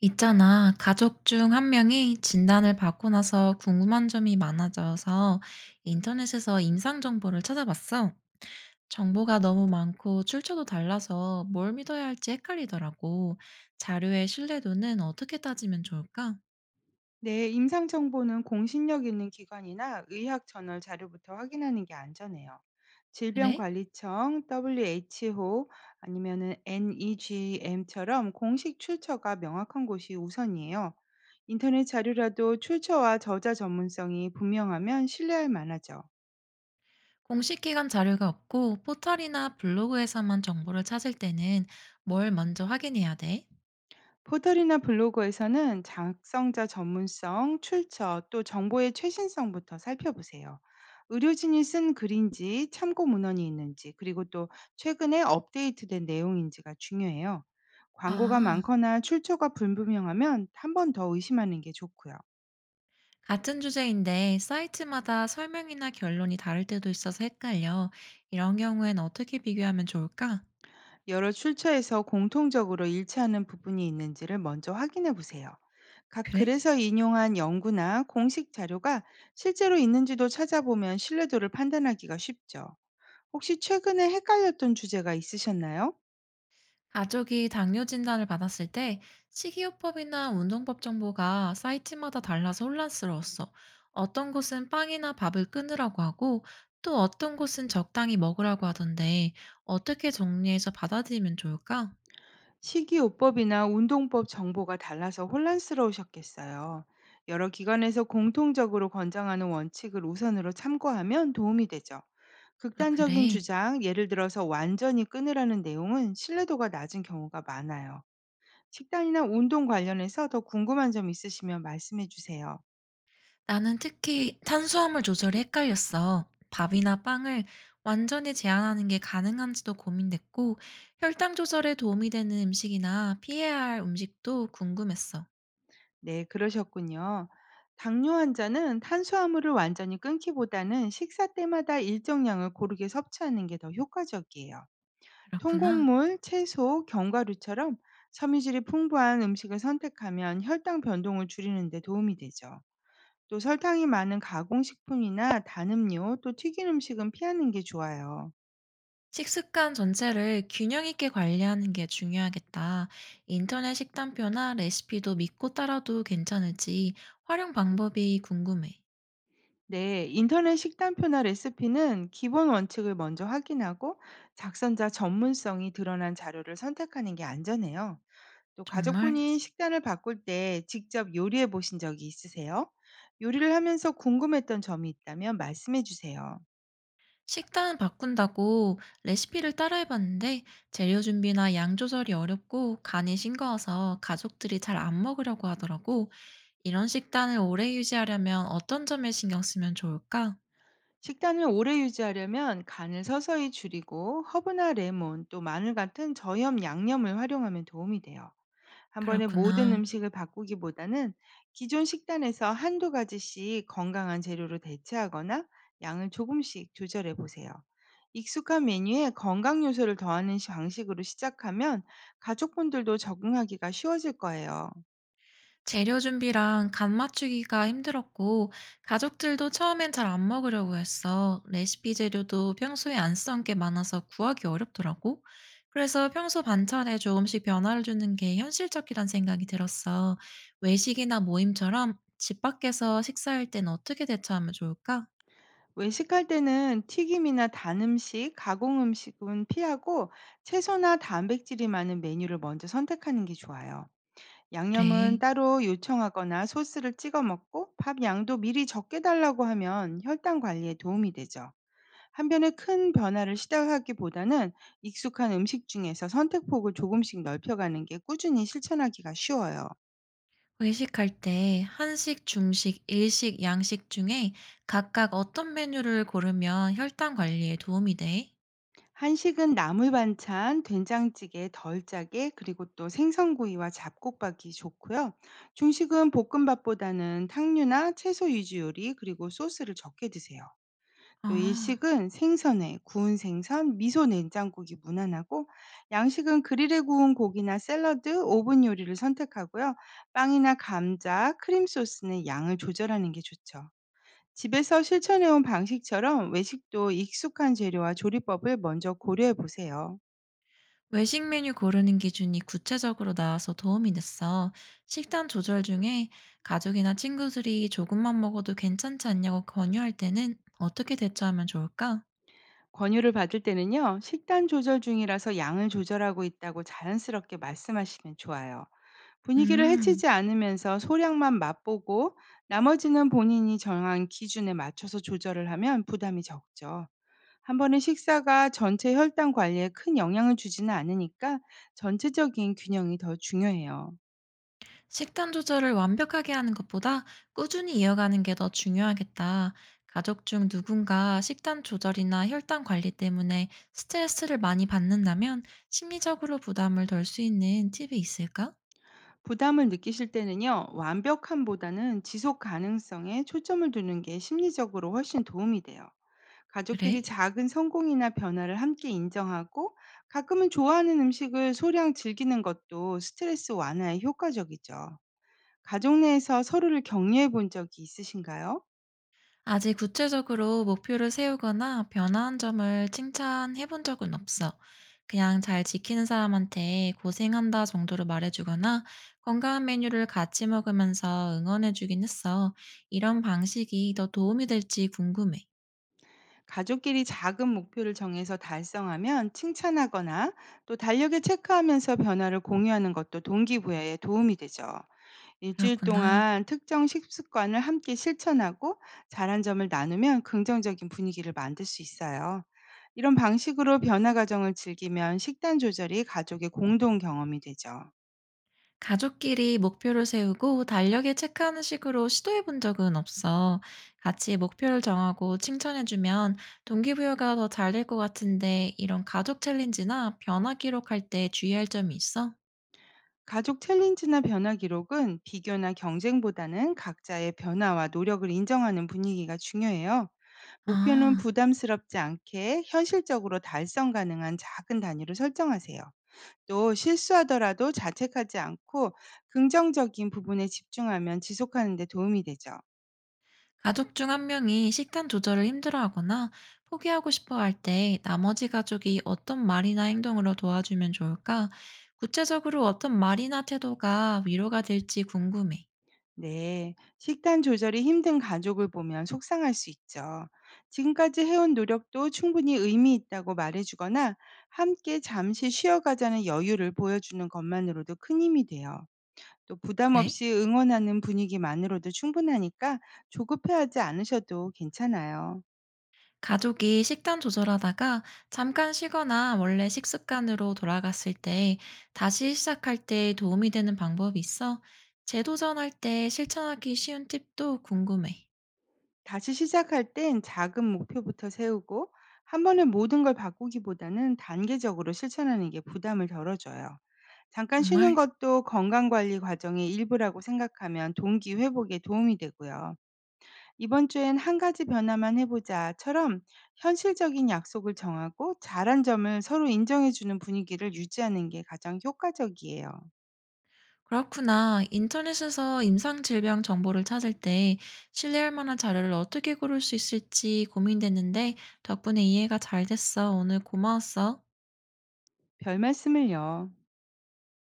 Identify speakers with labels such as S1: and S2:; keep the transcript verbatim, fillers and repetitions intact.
S1: 있잖아, 가족 중 한 명이 진단을 받고 나서 궁금한 점이 많아져서 인터넷에서 임상 정보를 찾아봤어. 정보가 너무 많고 출처도 달라서 뭘 믿어야 할지 헷갈리더라고. 자료의 신뢰도는 어떻게 따지면 좋을까?
S2: 네, 임상 정보는 공신력 있는 기관이나 의학 저널 자료부터 확인하는 게 안전해요.
S1: 그래?
S2: 질병관리청, 더블유에이치오 아니면은 엔이지엠처럼 공식 출처가 명확한 곳이 우선이에요. 인터넷 자료라도 출처와 저자 전문성이 분명하면 신뢰할 만하죠.
S1: 공식 기관 자료가 없고 포털이나 블로그에서만 정보를 찾을 때는 뭘 먼저 확인해야 돼?
S2: 포털이나 블로그에서는 작성자 전문성, 출처, 또 정보의 최신성부터 살펴보세요. 의료진이 쓴 글인지 참고 문헌이 있는지 그리고 또 최근에 업데이트된 내용인지가 중요해요. 광고가
S1: 아,
S2: 많거나 출처가 불분명하면 한 번 더 의심하는 게 좋고요.
S1: 같은 주제인데 사이트마다 설명이나 결론이 다를 때도 있어서 헷갈려. 이런 경우엔 어떻게 비교하면 좋을까?
S2: 여러 출처에서 공통적으로 일치하는 부분이 있는지를 먼저 확인해 보세요. 각
S1: 그래?
S2: 글에서 인용한 연구나 공식 자료가 실제로 있는지도 찾아보면 신뢰도를 판단하기가 쉽죠. 혹시 최근에 헷갈렸던 주제가 있으셨나요?
S1: 가족이 당뇨 진단을 받았을 때 식이요법이나 운동법 정보가 사이트마다 달라서 혼란스러웠어. 어떤 곳은 빵이나 밥을 끊으라고 하고 또 어떤 곳은 적당히 먹으라고 하던데 어떻게 정리해서 받아들이면 좋을까?
S2: 식이요법이나 운동법 정보가 달라서 혼란스러우셨겠어요. 여러 기관에서 공통적으로 권장하는 원칙을 우선으로 참고하면 도움이 되죠.
S1: 아,
S2: 극단적인
S1: 그래.
S2: 주장, 예를 들어서 완전히 끊으라는 내용은 신뢰도가 낮은 경우가 많아요. 식단이나 운동 관련해서 더 궁금한 점 있으시면 말씀해 주세요.
S1: 나는 특히 탄수화물 조절이 헷갈렸어. 밥이나 빵을 완전히 제한하는 게 가능한지도 고민됐고, 혈당 조절에 도움이 되는 음식이나 피해야 할 음식도 궁금했어.
S2: 네, 그러셨군요. 당뇨 환자는 탄수화물을 완전히 끊기보다는 식사 때마다 일정량을 고르게 섭취하는 게 더 효과적이에요.
S1: 그렇구나.
S2: 통곡물, 채소, 견과류처럼 섬유질이 풍부한 음식을 선택하면 혈당 변동을 줄이는 데 도움이 되죠. 또 설탕이 많은 가공식품이나 단 음료, 또 튀긴 음식은 피하는 게 좋아요.
S1: 식습관 전체를 균형 있게 관리하는 게 중요하겠다. 인터넷 식단표나 레시피도 믿고 따라도 괜찮을지 활용 방법이 궁금해.
S2: 네, 인터넷 식단표나 레시피는 기본 원칙을 먼저 확인하고 작성자 전문성이 드러난 자료를 선택하는 게 안전해요. 또
S1: 정말?
S2: 가족분이 식단을 바꿀 때 직접 요리해 보신 적이 있으세요? 요리를 하면서 궁금했던 점이 있다면 말씀해 주세요.
S1: 식단 바꾼다고 레시피를 따라해봤는데 재료 준비나 양 조절이 어렵고 간이 싱거워서 가족들이 잘 안 먹으려고 하더라고. 이런 식단을 오래 유지하려면 어떤 점에 신경 쓰면 좋을까?
S2: 식단을 오래 유지하려면 간을 서서히 줄이고 허브나 레몬 또 마늘 같은 저염 양념을 활용하면 도움이 돼요. 한 번에 모든
S1: 그렇구나.
S2: 음식을 바꾸기보다는 기존 식단에서 한두 가지씩 건강한 재료로 대체하거나 양을 조금씩 조절해 보세요. 익숙한 메뉴에 건강 요소를 더하는 시- 방식으로 시작하면 가족분들도 적응하기가 쉬워질 거예요.
S1: 재료 준비랑 간 맞추기가 힘들었고, 가족들도 처음엔 잘 안 먹으려고 했어. 레시피 재료도 평소에 안 쓴 게 많아서 구하기 어렵더라고. 그래서 평소 반찬에 조금씩 변화를 주는 게 현실적이란 생각이 들었어. 외식이나 모임처럼 집 밖에서 식사할 땐 어떻게 대처하면 좋을까?
S2: 외식할 때는 튀김이나 단 음식, 가공 음식은 피하고 채소나 단백질이 많은 메뉴를 먼저 선택하는 게 좋아요. 양념은
S1: 그래.
S2: 따로 요청하거나 소스를 찍어 먹고 밥 양도 미리 적게 달라고 하면 혈당 관리에 도움이 되죠. 한편에 큰 변화를 시도하기보다는 익숙한 음식 중에서 선택폭을 조금씩 넓혀가는 게 꾸준히 실천하기가 쉬워요.
S1: 외식할 때 한식, 중식, 일식, 양식 중에 각각 어떤 메뉴를 고르면 혈당 관리에 도움이 돼?
S2: 한식은 나물 반찬, 된장찌개 덜 짜게, 그리고 또 생선구이와 잡곡밥이 좋고요. 중식은 볶음밥보다는 탕류나 채소 위주 요리, 그리고 소스를 적게 드세요. 또
S1: 아.
S2: 일식은 생선회, 구운 생선, 미소 냉장국이 무난하고 양식은 그릴에 구운 고기나 샐러드, 오븐 요리를 선택하고요. 빵이나 감자, 크림 소스는 양을 조절하는 게 좋죠. 집에서 실천해온 방식처럼 외식도 익숙한 재료와 조리법을 먼저 고려해 보세요.
S1: 외식 메뉴 고르는 기준이 구체적으로 나와서 도움이 됐어. 식단 조절 중에 가족이나 친구들이 조금만 먹어도 괜찮지 않냐고 권유할 때는 어떻게 대처하면 좋을까?
S2: 권유를 받을 때는요, 식단 조절 중이라서 양을 조절하고 있다고 자연스럽게 말씀하시면 좋아요. 분위기를
S1: 음,
S2: 해치지 않으면서 소량만 맛보고 나머지는 본인이 정한 기준에 맞춰서 조절을 하면 부담이 적죠. 한 번의 식사가 전체 혈당 관리에 큰 영향을 주지는 않으니까 전체적인 균형이 더 중요해요.
S1: 식단 조절을 완벽하게 하는 것보다 꾸준히 이어가는 게 더 중요하겠다. 가족 중 누군가 식단 조절이나 혈당 관리 때문에 스트레스를 많이 받는다면 심리적으로 부담을 덜 수 있는 팁이 있을까?
S2: 부담을 느끼실 때는요, 완벽함보다는 지속 가능성에 초점을 두는 게 심리적으로 훨씬 도움이 돼요. 가족끼리
S1: 그래?
S2: 작은 성공이나 변화를 함께 인정하고 가끔은 좋아하는 음식을 소량 즐기는 것도 스트레스 완화에 효과적이죠. 가족 내에서 서로를 격려해 본 적이 있으신가요?
S1: 아직 구체적으로 목표를 세우거나 변화한 점을 칭찬해 본 적은 없어. 그냥 잘 지키는 사람한테 고생한다 정도로 말해주거나 건강한 메뉴를 같이 먹으면서 응원해 주긴 했어. 이런 방식이 더 도움이 될지 궁금해.
S2: 가족끼리 작은 목표를 정해서 달성하면 칭찬하거나 또 달력에 체크하면서 변화를 공유하는 것도 동기부여에 도움이 되죠. 일주일
S1: 그렇구나.
S2: 동안 특정 식습관을 함께 실천하고 잘한 점을 나누면 긍정적인 분위기를 만들 수 있어요. 이런 방식으로 변화 과정을 즐기면 식단 조절이 가족의 공동 경험이 되죠.
S1: 가족끼리 목표를 세우고 달력에 체크하는 식으로 시도해 본 적은 없어. 같이 목표를 정하고 칭찬해주면 동기부여가 더 잘 될 것 같은데 이런 가족 챌린지나 변화 기록할 때 주의할 점이 있어?
S2: 가족 챌린지나 변화 기록은 비교나 경쟁보다는 각자의 변화와 노력을 인정하는 분위기가 중요해요. 목표는
S1: 아,
S2: 부담스럽지 않게 현실적으로 달성 가능한 작은 단위로 설정하세요. 또 실수하더라도 자책하지 않고 긍정적인 부분에 집중하면 지속하는 데 도움이 되죠.
S1: 가족 중 한 명이 식단 조절을 힘들어하거나 포기하고 싶어 할 때 나머지 가족이 어떤 말이나 행동으로 도와주면 좋을까? 구체적으로 어떤 말이나 태도가 위로가 될지 궁금해.
S2: 네, 식단 조절이 힘든 가족을 보면 속상할 수 있죠. 지금까지 해온 노력도 충분히 의미 있다고 말해주거나 함께 잠시 쉬어가자는 여유를 보여주는 것만으로도 큰 힘이 돼요. 또 부담
S1: 그래?
S2: 없이 응원하는 분위기만으로도 충분하니까 조급해하지 않으셔도 괜찮아요.
S1: 가족이 식단 조절하다가 잠깐 쉬거나 원래 식습관으로 돌아갔을 때 다시 시작할 때 도움이 되는 방법이 있어 재도전할 때 실천하기 쉬운 팁도 궁금해.
S2: 다시 시작할 땐 작은 목표부터 세우고 한 번에 모든 걸 바꾸기보다는 단계적으로 실천하는 게 부담을 덜어줘요. 잠깐 쉬는
S1: 정말?
S2: 것도 건강 관리 과정의 일부라고 생각하면 동기 회복에 도움이 되고요. 이번 주엔 한 가지 변화만 해보자처럼 현실적인 약속을 정하고 잘한 점을 서로 인정해주는 분위기를 유지하는 게 가장 효과적이에요.
S1: 그렇구나. 인터넷에서 임상질병 정보를 찾을 때 신뢰할 만한 자료를 어떻게 고를 수 있을지 고민됐는데 덕분에 이해가 잘 됐어. 오늘 고마웠어.
S2: 별 말씀을요.